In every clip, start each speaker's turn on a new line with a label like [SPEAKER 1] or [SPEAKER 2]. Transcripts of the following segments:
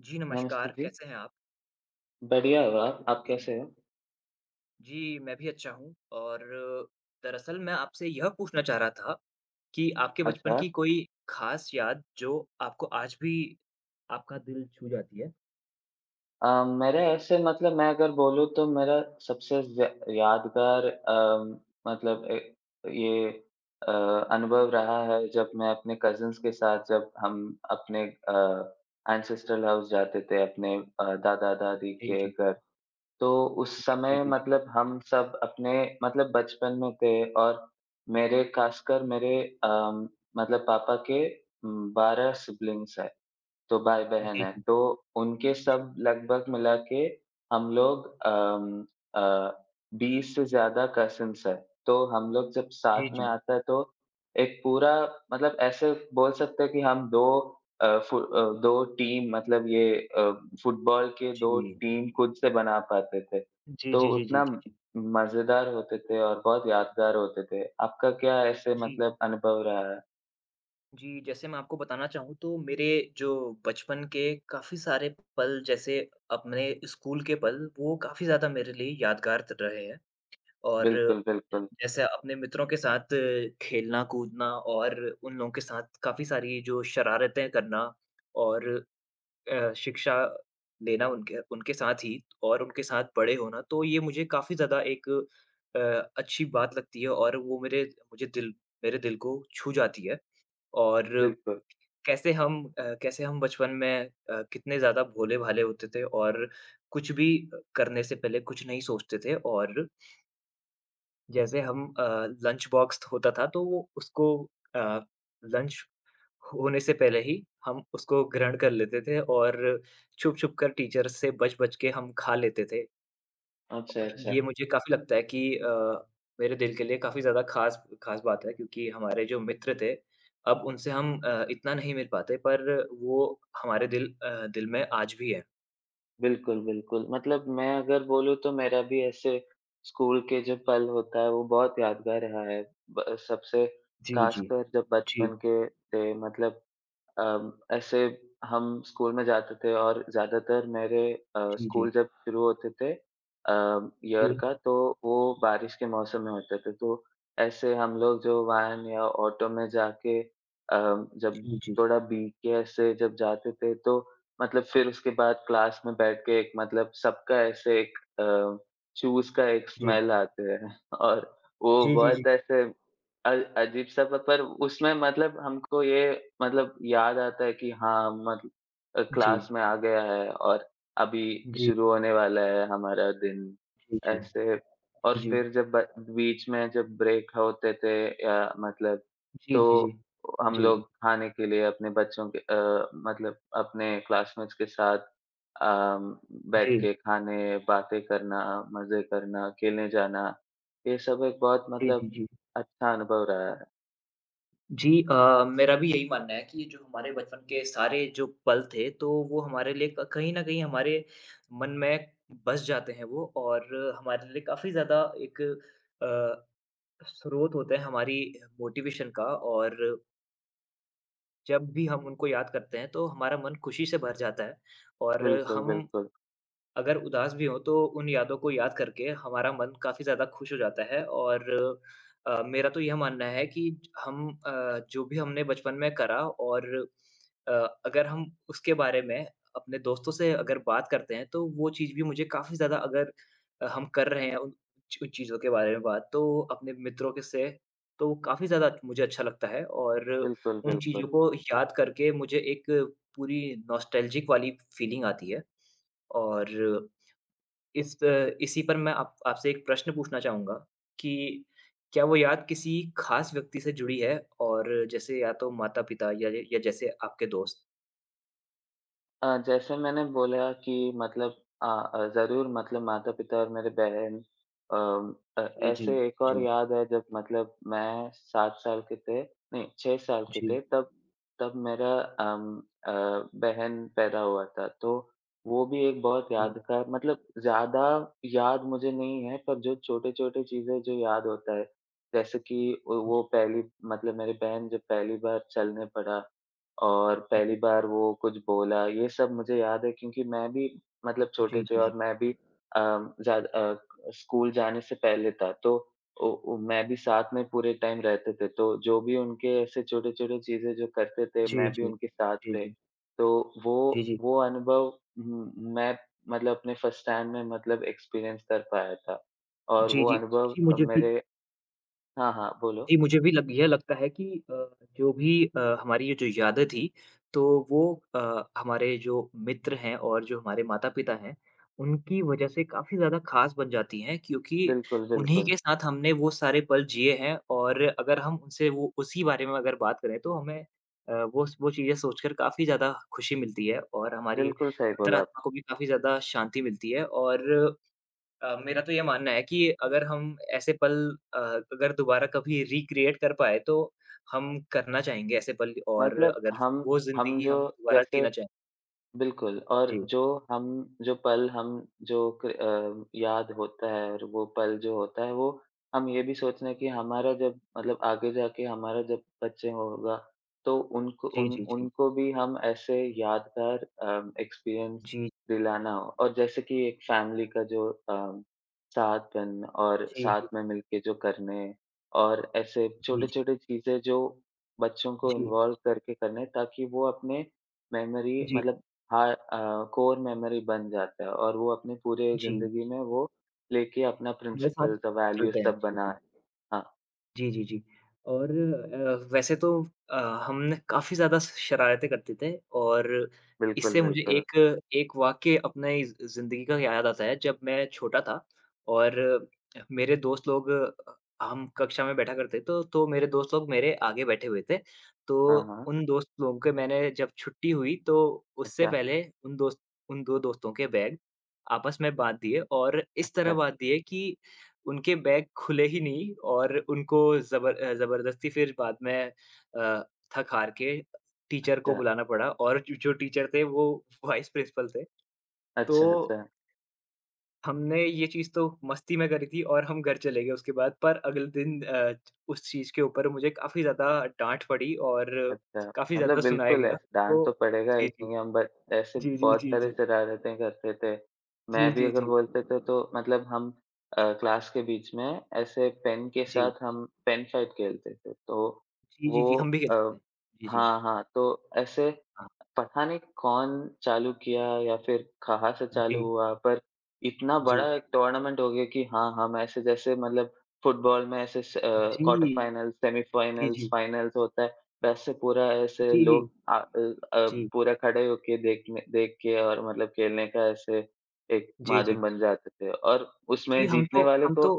[SPEAKER 1] जी,
[SPEAKER 2] नमस्ते
[SPEAKER 1] नमस्कार,
[SPEAKER 2] जी।
[SPEAKER 1] कैसे हैं आप?
[SPEAKER 2] बढ़िया हो आप कैसे हो?
[SPEAKER 1] जी, मैं भी अच्छा हूँ और दरअसल मैं आपसे यह पूछना चाह रहा था कि आपके बचपन
[SPEAKER 2] अच्छा।
[SPEAKER 1] की कोई ख़ास याद जो आपको आज भी आपका दिल छू जाती है?
[SPEAKER 2] मेरे ऐसे मतलब मैं अगर बोलूँ तो मेरा सबसे ज यादगार मतलब ये अनुभव रहा है जब मैं अपने कज़िन्स के साथ जब हम अपने एंसेस्ट्रल हाउस जाते थे, अपने दादा-दादी
[SPEAKER 1] जी,
[SPEAKER 2] के
[SPEAKER 1] जी,
[SPEAKER 2] घर। तो उस
[SPEAKER 1] जी,
[SPEAKER 2] समय
[SPEAKER 1] जी, जी,
[SPEAKER 2] मतलब हम सब अपने मतलब बचपन में थे और मेरे ख़ासकर मेरे अ, मतलब पापा के 12 सिब्लिंग्स हैं। तो भाई-बहन हैं,
[SPEAKER 1] जी,
[SPEAKER 2] तो उनके
[SPEAKER 1] जी, जी, जी,
[SPEAKER 2] सब लगभग मिला के हम लोग अ, 20 से ज़्यादा कज़िन्स हैं। तो हम लोग जब
[SPEAKER 1] जी,
[SPEAKER 2] साथ में
[SPEAKER 1] जी,
[SPEAKER 2] आता है तो एक पूरा मतलब ऐसे बोल सकते हैं कि हम 2 2 टीम मतलब ये फुटबॉल के 2 टीम खुद से बना पाते थे।
[SPEAKER 1] जी,
[SPEAKER 2] तो
[SPEAKER 1] जी, जी, जी,
[SPEAKER 2] उतना
[SPEAKER 1] जी, जी।
[SPEAKER 2] मज़ेदार होते थे और बहुत यादगार होते थे। आपका क्या ऐसे
[SPEAKER 1] जी,
[SPEAKER 2] मतलब अनुभव रहा है?
[SPEAKER 1] जी, जैसे मैं आपको बताना चाहूँ तो मेरे जो बचपन के काफ़ी सारे पल जैसे अपने स्कूल के पल, वो काफ़ी ज़्यादा मेरे लिए यादगार त रहे हैं और
[SPEAKER 2] बिल्कुल, बिल्कुल,
[SPEAKER 1] जैसे अपने मित्रों के साथ खेलना, कूदना और उन लोगों के साथ काफ़ी सारी जो शरारतें करना और शिक्षा लेना उनके उनके साथ ही और उनके साथ बड़े होना, तो ये मुझे काफ़ी ज़्यादा एक अ, अच्छी बात लगती है और वो मुझे दिल मेरे दिल को छू जाती है और
[SPEAKER 2] बिल्कुल।
[SPEAKER 1] कैसे हम बचपन में कितने ज़्यादा भोले-भाले होते थे और कुछ भी करने से पहले कुछ नहीं सोचते थे और जैसे हम लंच बॉक्स होता था तो वो उसको अ, लंच होने से पहले ही हम उसको ग्रहण कर लेते थे और छुप-छुप कर टीचर से बच-बच के हम खा लेते थे।
[SPEAKER 2] अच्छा, अच्छा।
[SPEAKER 1] ये मुझे काफ़ी लगता है कि मेरे दिल के लिए काफ़ी ज़्यादा ख़ास ख़ास बात है क्योंकि हमारे जो मित्र थे, अब उनसे हम इतना नहीं मिल पाते पर वो हमारे दिल में आज भी है।
[SPEAKER 2] बिल्कुल, बिल्कुल। मतलब मैं अगर बोलूँ तो मेरा भी ऐसे स्कूल के जो पल होता है वो बहुत यादगार रहा है। ब सबसे
[SPEAKER 1] जी, जी।
[SPEAKER 2] खासकर जब
[SPEAKER 1] जी,
[SPEAKER 2] बचपन के थे मतलब ऐसे हम स्कूल में जाते थे और ज़्यादातर मेरे
[SPEAKER 1] जी, जी।
[SPEAKER 2] स्कूल जब शुरू होते थे ईयर
[SPEAKER 1] जी,
[SPEAKER 2] का तो वो बारिश के मौसम में होते थे। तो ऐसे हम लोग जो वैन या ऑटो में जाके जब
[SPEAKER 1] जी, जी।
[SPEAKER 2] थोड़ा भीग के ऐसे जब जाते थे तो मतलब फिर उसके बाद क्लास में बैठ के एक मतलब सबका ऐसे एक शूज़ का एक
[SPEAKER 1] जी, जी।
[SPEAKER 2] स्मेल आते हैं और वो
[SPEAKER 1] जी, जी, जी।
[SPEAKER 2] बहुत ऐसे अ, अजीब सा प पर उसमें मतलब हमको ये मतलब याद आता है कि हाँ, मतलब
[SPEAKER 1] जी,
[SPEAKER 2] क्लास में आ गया है और अभी
[SPEAKER 1] जी,
[SPEAKER 2] शुरू होने वाला है हमारा दिन,
[SPEAKER 1] जी। जी जी,
[SPEAKER 2] ऐसे। और
[SPEAKER 1] जी।
[SPEAKER 2] फिर जब ब बीच में जब ब्रेक होते थे या मतलब
[SPEAKER 1] जी,
[SPEAKER 2] तो
[SPEAKER 1] जी, जी।
[SPEAKER 2] हम
[SPEAKER 1] जी,
[SPEAKER 2] लोग
[SPEAKER 1] जी,
[SPEAKER 2] खाने के लिए अपने बच्चों के मतलब अपने क्लासमेट्स के साथ अम, बैठ
[SPEAKER 1] जी,
[SPEAKER 2] के खाने, बातें करना, मज़े करना, खेलने जाना, ये सब एक बहुत
[SPEAKER 1] जी,
[SPEAKER 2] मतलब
[SPEAKER 1] जी।
[SPEAKER 2] अच्छा अनुभव रहा है।
[SPEAKER 1] जी मेरा भी यही मानना है कि ये जो हमारे बचपन के सारे जो पल थे, तो वो हमारे लिए क कहीं न कहीं हमारे मन में बस जाते हैं वो और हमारे लिए काफ़ी ज़्यादा एक अ, स्रोत होते हैं हमारी मोटिवेशन का और जब भी हम उनको याद करते हैं, तो हमारा मन खुशी से भर जाता है और
[SPEAKER 2] बिल्कुल,
[SPEAKER 1] हम
[SPEAKER 2] बिल्कुल।
[SPEAKER 1] अगर उदास भी हों तो उन यादों को याद करके हमारा मन काफ़ी ज़्यादा खुश हो जाता है और मेरा तो यह मानना है कि हम जो भी हमने बचपन में करा और अ, अगर हम उसके बारे में अपने दोस्तों से अगर बात करते हैं तो वो चीज़ भी मुझे काफ़ी ज़्यादा अगर हम कर रहे हैं उन उन चीज़ों के बारे में बात तो अपने मित्रों के से तो काफ़ी ज़्यादा मुझे अच्छा लगता है और
[SPEAKER 2] बिल्कुल,
[SPEAKER 1] उन
[SPEAKER 2] बिल्कुल।
[SPEAKER 1] चीज़ों को याद करके मुझे एक पूरी नॉस्टैल्जिक वाली फीलिंग आती है। और इस इसी पर मैं आप आपसे एक प्रश्न पूछना चाहूँगा कि क्या वो याद किसी खास व्यक्ति से जुड़ी है? और जैसे या तो माता-पिता या य या जैसे आपके दोस्त?
[SPEAKER 2] जैसे मैंने बोला कि मतलब ज़रूर मतलब माता-पिता और मेरे बहन अम, अ,
[SPEAKER 1] जी, जी,
[SPEAKER 2] ऐसे एक और
[SPEAKER 1] जी,
[SPEAKER 2] याद है जब मतलब मैं 7 साल के थे नहीं 6 साल के थे
[SPEAKER 1] जी,
[SPEAKER 2] तब तब मेरा अम, अ, बहन पैदा हुआ था। तो वो भी एक बहुत
[SPEAKER 1] जी,
[SPEAKER 2] यादगार मतलब ज़्यादा याद मुझे नहीं है पर जो छोटे-छोटे चीज़ें जो याद होता है, जैसे कि वो पहली मतलब मेरी बहन जब पहली बार चलने पड़ा और पहली
[SPEAKER 1] जी,
[SPEAKER 2] बार वो कुछ बोला, ये सब मुझे याद है क्योंकि मैं भी मतलब छोटे थे और
[SPEAKER 1] जी,
[SPEAKER 2] मैं भी अ, ज़्याद अ, स्कूल जाने से पहले था, तो ओ ओ, मैं भी साथ में पूरे टाइम रहते थे, तो जो भी उनके ऐसे छोटे-छोटे चीज़ें जो करते थे,
[SPEAKER 1] जी,
[SPEAKER 2] मैं भी
[SPEAKER 1] जी,
[SPEAKER 2] उनके साथ
[SPEAKER 1] जी, जी,
[SPEAKER 2] थे।
[SPEAKER 1] जी,
[SPEAKER 2] तो वो
[SPEAKER 1] जी, जी, जी, जी,
[SPEAKER 2] वो अनुभव मैं मतलब अपने फर्स्ट हैंड में मतलब एक्सपीरियंस कर पाया था और
[SPEAKER 1] जी,
[SPEAKER 2] वो
[SPEAKER 1] जी,
[SPEAKER 2] अनुभव
[SPEAKER 1] जी, मुझे भी
[SPEAKER 2] मेरे हाँ, हाँ, बोलो।
[SPEAKER 1] जी, मुझे भी लग यह लगता है कि जो भी हमारी ये जो यादें थी, तो वो हमारे जो मित्र हैं और जो हमारे माता-पिता हैं, उनकी वजह से काफ़ी ज़्यादा ख़ास बन जाती हैं क्योंकि
[SPEAKER 2] बिल्कुल,
[SPEAKER 1] उन्हीं
[SPEAKER 2] बिल्कुल।
[SPEAKER 1] के साथ हमने वो सारे पल जिए हैं और अगर हम उनसे वो उसी बारे में अगर बात करें, तो हमें वो स वो चीज़ें सोचकर काफ़ी ज़्यादा खुशी मिलती है और हमारी
[SPEAKER 2] बिल्कुल सही बोला
[SPEAKER 1] अंतरात्मा को भी काफ़ी ज़्यादा शांति मिलती है और मेरा तो ये मानना है कि अगर हम ऐसे पल अगर दोबारा कभी रिक्रिएट कर पाएँ तो हम करना चाहेंगे ऐसे पल और
[SPEAKER 2] मतलब
[SPEAKER 1] अगर
[SPEAKER 2] हम
[SPEAKER 1] वो
[SPEAKER 2] हम
[SPEAKER 1] ज़िंदगी
[SPEAKER 2] जो
[SPEAKER 1] हम दोबारा
[SPEAKER 2] जैसे
[SPEAKER 1] जीना चाहें।
[SPEAKER 2] बिल्कुल और
[SPEAKER 1] जी।
[SPEAKER 2] जो हम जो पल हम जो याद होता है और वो पल जो होता है वो हम ये भी सोचना कि हमारा जब मतलब आगे जाके हमारा जब बच्चे होगा तो उनको
[SPEAKER 1] जी,
[SPEAKER 2] उन
[SPEAKER 1] जी, जी।
[SPEAKER 2] उनको भी हम ऐसे यादगार एक्सपीरियंस
[SPEAKER 1] जी, जी,
[SPEAKER 2] दिलाना हो और जैसे कि एक फैमिली का जो साथपन और
[SPEAKER 1] जी, जी,
[SPEAKER 2] साथ में मिलके जो करने और ऐसे
[SPEAKER 1] जी, जी,
[SPEAKER 2] छोटे-छोटे चीज़ें जो बच्चों को
[SPEAKER 1] जी,
[SPEAKER 2] इन्वॉल्व करके करने ताकि वो अपने मेमोरी
[SPEAKER 1] जी,
[SPEAKER 2] मतलब हाँ कोर मेमोरी बन जाता है और वो अपनी पूरी
[SPEAKER 1] जी।
[SPEAKER 2] ज़िंदगी में वो लेके अपना
[SPEAKER 1] हमारे साथ
[SPEAKER 2] प्रिंसिपल्स और वैल्यूज़
[SPEAKER 1] चलते हैं।
[SPEAKER 2] सब
[SPEAKER 1] जी,
[SPEAKER 2] बना
[SPEAKER 1] जी।
[SPEAKER 2] है। हाँ,
[SPEAKER 1] जी, जी, जी। और वैसे तो अ, हमने काफ़ी ज़्यादा श शरारतें करते थे और
[SPEAKER 2] बिल्कुल,
[SPEAKER 1] इससे मुझे
[SPEAKER 2] बिल्कुल।
[SPEAKER 1] एक एक वाक़या अपने ज़ ज़िंदगी का याद आता है जब मैं छोटा था और मेरे दोस्त लोग हम कक्षा में बैठा करते तो मेरे दोस्त लोग मेरे आगे बैठे हुए थे। तो
[SPEAKER 2] हाँ, हाँ।
[SPEAKER 1] उन दोस्त लोगों के मैंने जब छुट्टी हुई तो उससे
[SPEAKER 2] अच्छा,
[SPEAKER 1] पहले उन 2 दोस्तों के बैग आपस में बाँट दिए और इस
[SPEAKER 2] अच्छा,
[SPEAKER 1] तरह बाँट दिए कि उनके बैग खुले ही नहीं और उनको ज़बरदस्ती फिर बाद में थक हार के टीचर को
[SPEAKER 2] अच्छा,
[SPEAKER 1] बुलाना पड़ा और जो जो टीचर थे वो वाइस प्रिंसिपल थे।
[SPEAKER 2] अच्छा, अच्छा,
[SPEAKER 1] तो
[SPEAKER 2] अच्छा।
[SPEAKER 1] हमने ये चीज़ तो मस्ती में करी थी और हम घर चले गए उसके बाद पर अगले दिन उस चीज़ के ऊपर मुझे काफ़ी ज़्यादा डाँट पड़ी और
[SPEAKER 2] अच्छा,
[SPEAKER 1] काफ़ी
[SPEAKER 2] मतलब
[SPEAKER 1] ज़्यादा सुनाया
[SPEAKER 2] बिल्कुल
[SPEAKER 1] गया।
[SPEAKER 2] ऐस डाँट तो
[SPEAKER 1] तो
[SPEAKER 2] पड़ेगा ही
[SPEAKER 1] जी, जी।
[SPEAKER 2] क्योंकि हम बच ऐसे
[SPEAKER 1] जी, जी,
[SPEAKER 2] बहुत
[SPEAKER 1] जी,
[SPEAKER 2] सारी
[SPEAKER 1] जी।
[SPEAKER 2] शरारतें करते थे। मैं
[SPEAKER 1] जी,
[SPEAKER 2] भी
[SPEAKER 1] जी,
[SPEAKER 2] अगर
[SPEAKER 1] जी।
[SPEAKER 2] बोलते थे तो मतलब हम क्लास के बीच में ऐसे पेन के
[SPEAKER 1] जी।
[SPEAKER 2] साथ हम पेन फाइट खेलते थे। तो
[SPEAKER 1] जी, जी,
[SPEAKER 2] वो
[SPEAKER 1] जी, हम भी
[SPEAKER 2] अ,
[SPEAKER 1] खेलते थे। जी, जी।
[SPEAKER 2] हाँ, हाँ, तो ऐसे
[SPEAKER 1] हाँ।
[SPEAKER 2] पता नहीं कौन चालू किया या फिर कहाँ से
[SPEAKER 1] जी,
[SPEAKER 2] चालू
[SPEAKER 1] जी।
[SPEAKER 2] हुआ पर इतना बड़ा
[SPEAKER 1] जी।
[SPEAKER 2] एक टूर्नामेंट हो गया कि हाँ, हम ऐसे जैसे मतलब फुटबॉल में ऐसे
[SPEAKER 1] जी,
[SPEAKER 2] क्वार्टर फाइनल्स,
[SPEAKER 1] जी,
[SPEAKER 2] सेमीफाइनल्स,
[SPEAKER 1] जी।
[SPEAKER 2] फाइनल्स होता है। वैसे पूरा ऐसे
[SPEAKER 1] जी, जी।
[SPEAKER 2] लोग
[SPEAKER 1] जी,
[SPEAKER 2] पूरा खड़े होके देखने देख के और मतलब खेलने का ऐसे एक
[SPEAKER 1] जी,
[SPEAKER 2] माध्यम
[SPEAKER 1] जी।
[SPEAKER 2] बन जाते थे और उसमें
[SPEAKER 1] जी, हम
[SPEAKER 2] जीतने
[SPEAKER 1] तो
[SPEAKER 2] वाले
[SPEAKER 1] हम
[SPEAKER 2] को
[SPEAKER 1] तो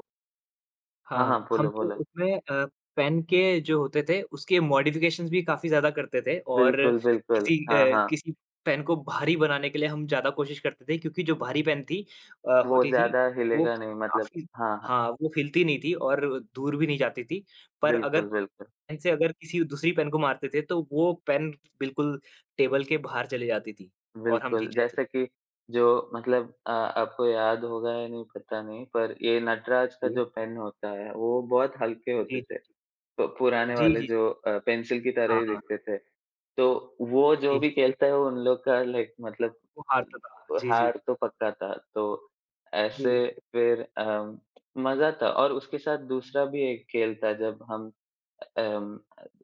[SPEAKER 2] हाँ, हाँ,
[SPEAKER 1] हाँ, हम
[SPEAKER 2] बोलो,
[SPEAKER 1] तो
[SPEAKER 2] बोलो।
[SPEAKER 1] उसमें पेन के जो होते थे उसके मॉडिफ़िकेशंस भी काफ़ी ज़्यादा करते थे और
[SPEAKER 2] बिल्कुल, बिल्कुल।
[SPEAKER 1] किसी
[SPEAKER 2] हाँ, हाँ,
[SPEAKER 1] किसी पेन को भारी बनाने के लिए हम ज़्यादा कोशिश करते थे क्योंकि जो भारी पेन थी
[SPEAKER 2] वो
[SPEAKER 1] होती थी
[SPEAKER 2] ज़्यादा
[SPEAKER 1] वो
[SPEAKER 2] हिलेगा
[SPEAKER 1] क
[SPEAKER 2] नहीं मतलब
[SPEAKER 1] काफ़ी
[SPEAKER 2] हाँ, हाँ,
[SPEAKER 1] हाँ, वो हिलती नहीं थी और दूर भी नहीं जाती थी। पर अगर
[SPEAKER 2] बिल्कुल, बिल्कुल,
[SPEAKER 1] पेन से अगर किसी दूसरी पेन को मारते थे तो वो पेन बिल्कुल टेबल के बाहर चली जाती थी और हम
[SPEAKER 2] बिल्कुल।
[SPEAKER 1] जीत जाते थे।
[SPEAKER 2] जैसे कि जो मतलब आपको याद होगा या नहीं पता नहीं, पर ये नटराज का
[SPEAKER 1] जी,
[SPEAKER 2] जो पेन होता है, वो बहुत हल्के होते
[SPEAKER 1] जी, जी,
[SPEAKER 2] थे।
[SPEAKER 1] जी।
[SPEAKER 2] तो पुराने
[SPEAKER 1] जी,
[SPEAKER 2] वाले
[SPEAKER 1] जी।
[SPEAKER 2] जो पेंसिल की तरह
[SPEAKER 1] हाँ,
[SPEAKER 2] ही
[SPEAKER 1] हाँ।
[SPEAKER 2] दिखते थे। तो वो जो
[SPEAKER 1] जी,
[SPEAKER 2] भी
[SPEAKER 1] जी।
[SPEAKER 2] खेलता है वो उन लोग का लाइक मतलब
[SPEAKER 1] वो हारता था। जी, जी।
[SPEAKER 2] हार तो पक्का था। तो
[SPEAKER 1] जी।
[SPEAKER 2] ऐसे फिर मज़ा था और उसके साथ दूसरा भी एक खेल था जब हम अम,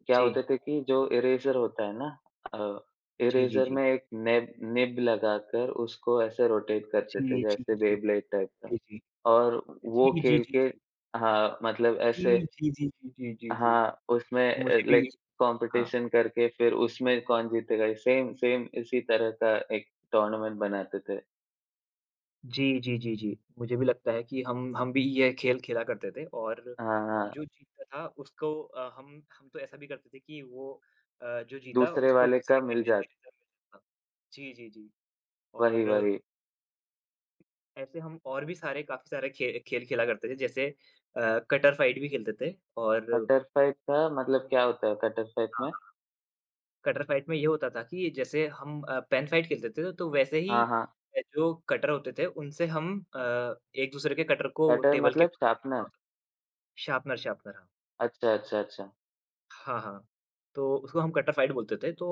[SPEAKER 2] क्या
[SPEAKER 1] जी।
[SPEAKER 2] होते थे कि जो इरेज़र होता है ना अ,
[SPEAKER 1] जी, जी,
[SPEAKER 2] इरेज़र
[SPEAKER 1] जी।
[SPEAKER 2] में एक नेब निब लगाकर उसको ऐसे रोटेट करते थे
[SPEAKER 1] जी, जी, जी,
[SPEAKER 2] जैसे
[SPEAKER 1] जी,
[SPEAKER 2] बेब्लेड टाइप का
[SPEAKER 1] जी। जी,
[SPEAKER 2] और वो
[SPEAKER 1] जी, जी,
[SPEAKER 2] खेल के
[SPEAKER 1] जी।
[SPEAKER 2] हाँ, मतलब
[SPEAKER 1] जी,
[SPEAKER 2] ऐसे
[SPEAKER 1] जी, जी, जी, जी, जी, जी।
[SPEAKER 2] हाँ, उसमें
[SPEAKER 1] मुझे भी
[SPEAKER 2] लाइक
[SPEAKER 1] ये हाँ।
[SPEAKER 2] कॉम्पिटिशन करके फिर उसमें कौन जीतेगा ये सेम सेम इसी तरह का एक टूर्नामेंट बनाते थे।
[SPEAKER 1] जी, जी, जी, जी। मुझे भी लगता है कि हम भी ये खेल खेला करते थे और
[SPEAKER 2] हाँ, हाँ,
[SPEAKER 1] जो जीतता था उसको हम तो ऐसा भी करते थे कि वो जो जीता
[SPEAKER 2] दूसरे
[SPEAKER 1] उसको
[SPEAKER 2] वाले का
[SPEAKER 1] दूसरे
[SPEAKER 2] मिल जात
[SPEAKER 1] था। जी, जी, जी।
[SPEAKER 2] वही,
[SPEAKER 1] और
[SPEAKER 2] वही।
[SPEAKER 1] ऐसे हम और भी सारे काफ़ी सारे खे खेल खेला करते थे जैसे कटर फाइट भी खेलते थे और
[SPEAKER 2] कटर फाइट का मतलब क्या होता है कटर फाइट में?
[SPEAKER 1] हाँ। कटर फाइट में ये होता था कि जैसे हम पेन फाइट खेलते थे तो वैसे ही
[SPEAKER 2] हाँ, हाँ,
[SPEAKER 1] जो कटर होते थे उनसे हम एक-दूसरे के कटर को
[SPEAKER 2] कटर
[SPEAKER 1] टेबल के
[SPEAKER 2] मतलब
[SPEAKER 1] बाहर फेंकना
[SPEAKER 2] शार्पनर?
[SPEAKER 1] होता था। शार्पनर शार्पनर हाँ।
[SPEAKER 2] अच्छा, अच्छा, अच्छा।
[SPEAKER 1] हाँ, हाँ। तो उसको हम कटर फाइट बोलते थे तो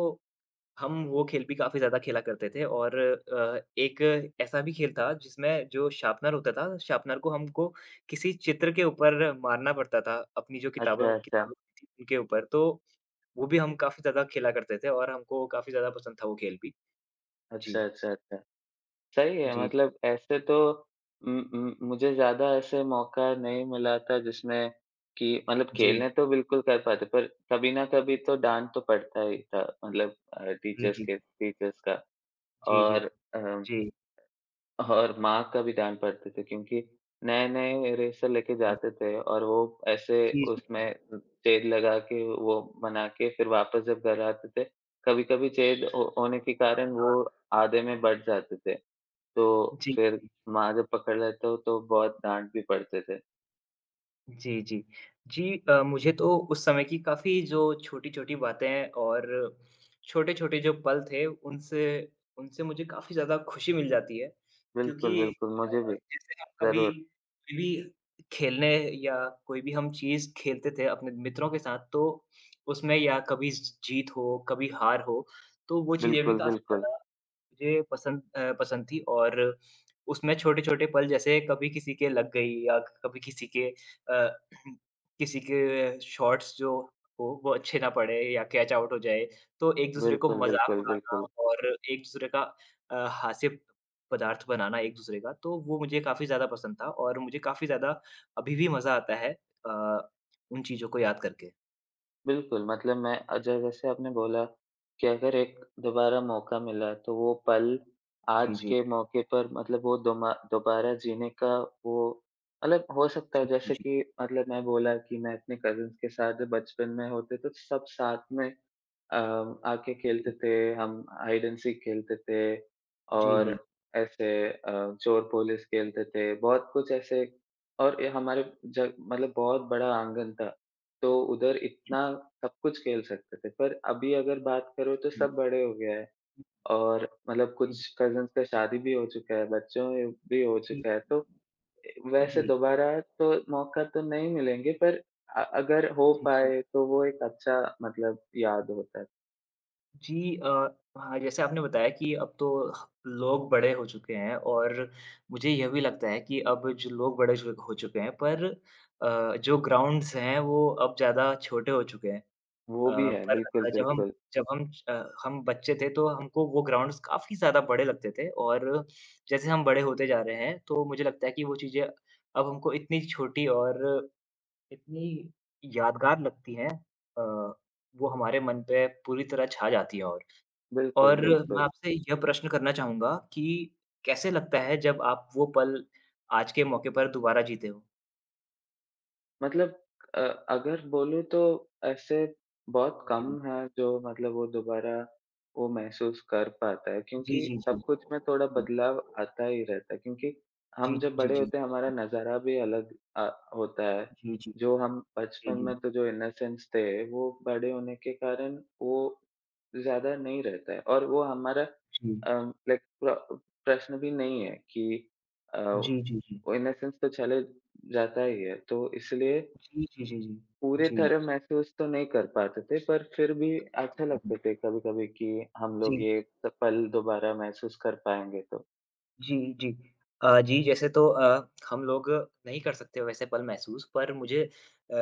[SPEAKER 1] हम वो खेल भी काफ़ी ज़्यादा खेला करते थे और एक ऐसा भी खेल था जिसमें जो शार्पनर होता था, शार्पनर को हमको किसी चित्र के ऊपर मारना पड़ता था अपनी जो
[SPEAKER 2] अच्छा,
[SPEAKER 1] किताबों
[SPEAKER 2] अच्छा।
[SPEAKER 1] किताबें थी उनके ऊपर तो वो भी हम काफ़ी ज़्यादा खेला करते थे और हमको काफ़ी ज़्यादा पसंद था वो खेल भी। जी,
[SPEAKER 2] अच्छा, अच्छा, अच्छा। सही है
[SPEAKER 1] जी,
[SPEAKER 2] मतलब ऐसे तो मुझे ज़्यादा ऐसे मौका नहीं मिला था जिसमें कि मतलब
[SPEAKER 1] जी,
[SPEAKER 2] खेलने तो बिल्कुल कर पाते पर कभी न कभी तो डाँट तो पड़ता ही था मतलब
[SPEAKER 1] जी, जी,
[SPEAKER 2] टीचर्स का
[SPEAKER 1] जी, जी, जी,
[SPEAKER 2] और अ,
[SPEAKER 1] जी,
[SPEAKER 2] और माँ का भी डाँट पड़ती थी क्योंकि नए-नए इरेज़र लेके जाते थे और वो ऐसे
[SPEAKER 1] जी, जी, जी,
[SPEAKER 2] उसमें
[SPEAKER 1] जी
[SPEAKER 2] छेद लगा के वो बना के फिर वापस जब घर आते थे, कभी-कभी छेद हो होने के कारण वो
[SPEAKER 1] हाँ,
[SPEAKER 2] आधे में बँट जाते थे। तो
[SPEAKER 1] जी,
[SPEAKER 2] फिर
[SPEAKER 1] जी,
[SPEAKER 2] मार पकड़ लेते हो तो बहुत डाँट भी पड़ते थे।
[SPEAKER 1] जी, जी। जी मुझे तो उस समय की काफ़ी जो छोटी-छोटी बातें और छोटे-छोटे जो पल थे, उनसे उनसे मुझे काफ़ी ज़्यादा खुशी मिल जाती है,
[SPEAKER 2] बिल्कुल,
[SPEAKER 1] क्योंकि
[SPEAKER 2] बिल्कुल, मुझे भी,
[SPEAKER 1] जैसे हम कभी
[SPEAKER 2] ज़रूर।
[SPEAKER 1] भी खेलने या कोई भी हम चीज़ खेलते थे अपने मित्रों के साथ, तो उसमें या कभी ज जीत हो, कभी हार हो, तो वो चीज़ें भी
[SPEAKER 2] बिल्कुल,
[SPEAKER 1] काफ़ी
[SPEAKER 2] बिल्कुल।
[SPEAKER 1] ज़्यादा मुझे पसंद थी और उसमें छोटे-छोटे पल जैसे कभी किसी के लग गई या कभी किसी के अ, किसी के शॉट्स जो हो वो अच्छे ना पड़े या कैच आउट हो जाए, तो एक-दूसरे को
[SPEAKER 2] बिल्कुल,
[SPEAKER 1] मज़ाक
[SPEAKER 2] बिल्कुल,
[SPEAKER 1] उड़ाना
[SPEAKER 2] बिल्कुल।
[SPEAKER 1] और एक-दूसरे का हास्य पदार्थ बनाना एक-दूसरे का, तो वो मुझे काफ़ी ज़्यादा पसंद था और मुझे काफ़ी ज़्यादा अभी भी मज़ा आता है अ, उन चीज़ों को याद करके।
[SPEAKER 2] बिल्कुल, मतलब मैं अ, ज जैसे आपने बोला कि अगर एक दोबारा मौका मिला तो वो पल
[SPEAKER 1] जी,
[SPEAKER 2] आज
[SPEAKER 1] जी।
[SPEAKER 2] के मौके पर मतलब वो दोमा दोबारा जीने का वो मतलब हो सकता है
[SPEAKER 1] जी, जी,
[SPEAKER 2] जैसे
[SPEAKER 1] जी।
[SPEAKER 2] कि मतलब मैं बोला कि मैं अपने कज़िन्स के साथ जब बचपन में होते तो सब साथ में आके खेलते
[SPEAKER 1] जी,
[SPEAKER 2] थे, हम हाइड एंड सीक खेलते थे
[SPEAKER 1] जी,
[SPEAKER 2] और
[SPEAKER 1] जी,
[SPEAKER 2] ऐसे चोर पुलिस खेलते थे, बहुत कुछ ऐसे और ये हमारे ज मतलब बहुत बड़ा आँगन था। तो उधर इतना सब कुछ खेल सकते थे। पर अभी अगर बात करो तो सब बड़े हो गए हैं और मतलब
[SPEAKER 1] जी, जी, जी, जी,
[SPEAKER 2] कुछ कज़िन्स का शादी भी हो चुका है, बच्चों भी हो चुका है। तो
[SPEAKER 1] जी,
[SPEAKER 2] वैसे
[SPEAKER 1] जी,
[SPEAKER 2] दोबारा तो मौका तो नहीं मिलेंगे पर अगर हो
[SPEAKER 1] जी, जी।
[SPEAKER 2] पाए तो वो एक अच्छा मतलब याद होता है।
[SPEAKER 1] जी हाँ, जैसे आपने बताया कि अब तो ह लोग बड़े हो चुके हैं और मुझे यह भी लगता है कि अब जो लोग बड़े जो हो चुके हैं पर जो ग्राउंड्स हैं वो अब ज़्यादा छोटे हो चुके हैं।
[SPEAKER 2] वो भी
[SPEAKER 1] अ,
[SPEAKER 2] है,
[SPEAKER 1] पर
[SPEAKER 2] बिल्कुल,
[SPEAKER 1] जब हम
[SPEAKER 2] बिल्कुल।
[SPEAKER 1] जब हम हम बच्चे थे तो हमको वो ग्राउंड्स काफ़ी ज़्यादा बड़े लगते थे और जैसे हम बड़े होते जा रहे हैं तो मुझे लगता है कि वो चीज़ें अब हमको इतनी छोटी और इतनी यादगार लगती हैं अ, वो हमारे मन पे पूरी तरह छा जाती है
[SPEAKER 2] बिल्कुल,
[SPEAKER 1] और मैं
[SPEAKER 2] बिल्कुल।
[SPEAKER 1] आपसे यह प्रश्न करना चाहूँगा कि कैसे लगता है जब आप वो पल आज के मौके पर दोबारा जीते हो?
[SPEAKER 2] मतलब अ, अगर बोलूँ तो ऐसे बहुत कम
[SPEAKER 1] जी।
[SPEAKER 2] है जो मतलब वो दोबारा वो महसूस कर पाता है क्योंकि
[SPEAKER 1] जी, जी,
[SPEAKER 2] सब
[SPEAKER 1] जी।
[SPEAKER 2] कुछ में थोड़ा बदलाव आता ही रहता है क्योंकि हम
[SPEAKER 1] जी,
[SPEAKER 2] जब
[SPEAKER 1] जी, जी,
[SPEAKER 2] बड़े
[SPEAKER 1] जी,
[SPEAKER 2] होते हैं हमारा नज़ारा भी अलग होता है।
[SPEAKER 1] जी, जी,
[SPEAKER 2] जो हम
[SPEAKER 1] जी,
[SPEAKER 2] बचपन
[SPEAKER 1] जी,
[SPEAKER 2] में तो जो इनोसेंस थे वो बड़े होने के कारण वो ज़्यादा नहीं रहता है और वो हमारा
[SPEAKER 1] जी,
[SPEAKER 2] लाइक प्रश्न भी नहीं है कि
[SPEAKER 1] जी, जी, जी,
[SPEAKER 2] वो इनोसेंस तो चले जाता ही है, तो इसलिए
[SPEAKER 1] जी, जी, जी, जी,
[SPEAKER 2] पूरी
[SPEAKER 1] जी,
[SPEAKER 2] तरह महसूस तो नहीं कर पाते थे, पर फिर भी
[SPEAKER 1] हाँ,
[SPEAKER 2] अच्छा
[SPEAKER 1] हाँ,
[SPEAKER 2] लगते थे कभी-कभी कि हम लोग
[SPEAKER 1] जी।
[SPEAKER 2] ये स पल दोबारा महसूस कर पाएँगे तो।
[SPEAKER 1] जी, जी। जी, जैसे तो हम लोग नहीं कर सकते वैसे पल महसूस पर मुझे अ,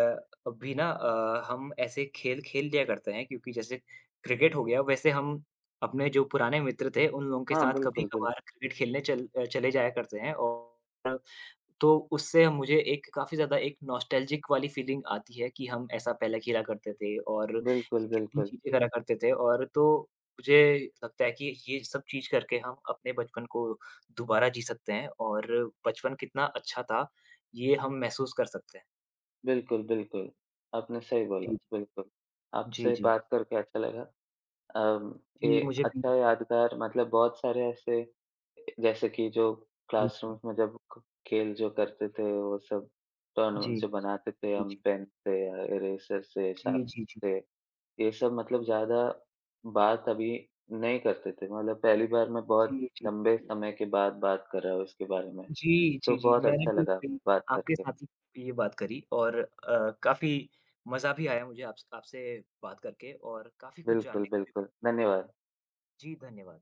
[SPEAKER 1] अभी ना हम ऐसे खेल खेल लिया करते हैं क्योंकि जैसे क्रिकेट हो गया वैसे हम अपने जो पुराने मित्र थे उन लोगों के
[SPEAKER 2] हाँ,
[SPEAKER 1] साथ
[SPEAKER 2] बिल्कुल,
[SPEAKER 1] कभी-कभार क्रिकेट खेलने चले जाया करते हैं और तो उससे मुझे एक काफ़ी ज़्यादा एक नॉस्टैल्जिक वाली फ़ीलिंग आती है कि हम ऐसा पहले खेला करते थे और
[SPEAKER 2] बिल्कुल,
[SPEAKER 1] कितनी
[SPEAKER 2] बिल्कुल।
[SPEAKER 1] चीज़ें करा करते थे और तो मुझे लगता है कि ये सब चीज़ करके हम अपने बचपन को दोबारा जी सकते हैं और बचपन कितना अच्छा था, ये हम महसूस कर सकते हैं।
[SPEAKER 2] बिल्कुल, बिल्कुल। आपने सही बोला,
[SPEAKER 1] जी,
[SPEAKER 2] बिल्कुल।
[SPEAKER 1] जी, जी,
[SPEAKER 2] आपसे
[SPEAKER 1] जी।
[SPEAKER 2] बात करके अच्छा लगा।
[SPEAKER 1] जी,
[SPEAKER 2] ये
[SPEAKER 1] मुझे भी
[SPEAKER 2] अच्छा यादगार मतलब बहुत सारे ऐसे जैसे कि जो
[SPEAKER 1] जी, जी।
[SPEAKER 2] क्लासरूम्स में जब खेल जो करते थे वो सब
[SPEAKER 1] जी,
[SPEAKER 2] टूर्नामेंट जो बनाते थे
[SPEAKER 1] जी,
[SPEAKER 2] हम
[SPEAKER 1] जी।
[SPEAKER 2] पेन से या इरेजर से
[SPEAKER 1] जी, जी, जी,
[SPEAKER 2] शार्पनर से ये सब मतलब
[SPEAKER 1] जी।
[SPEAKER 2] ज्यादा बात अभी नहीं करते थे मतलब पहली बार मैं बहुत
[SPEAKER 1] जी, जी।
[SPEAKER 2] लंबे समय के बाद बात कर रहा हूँ इसके बारे में
[SPEAKER 1] जी,
[SPEAKER 2] तो
[SPEAKER 1] जी, जी।
[SPEAKER 2] बहुत
[SPEAKER 1] मैंने
[SPEAKER 2] अच्छा
[SPEAKER 1] भी
[SPEAKER 2] लगा
[SPEAKER 1] अपनी
[SPEAKER 2] बात
[SPEAKER 1] आपके
[SPEAKER 2] करके।
[SPEAKER 1] साथ ही ये बात करी और काफ़ी मज़ा भी आया मुझे आपसे बात करके और काफ़ी कुछ
[SPEAKER 2] बिल्कुल,
[SPEAKER 1] जानने को भी मिला।
[SPEAKER 2] बिल्कुल। धन्यवाद।
[SPEAKER 1] जी, धन्यवाद।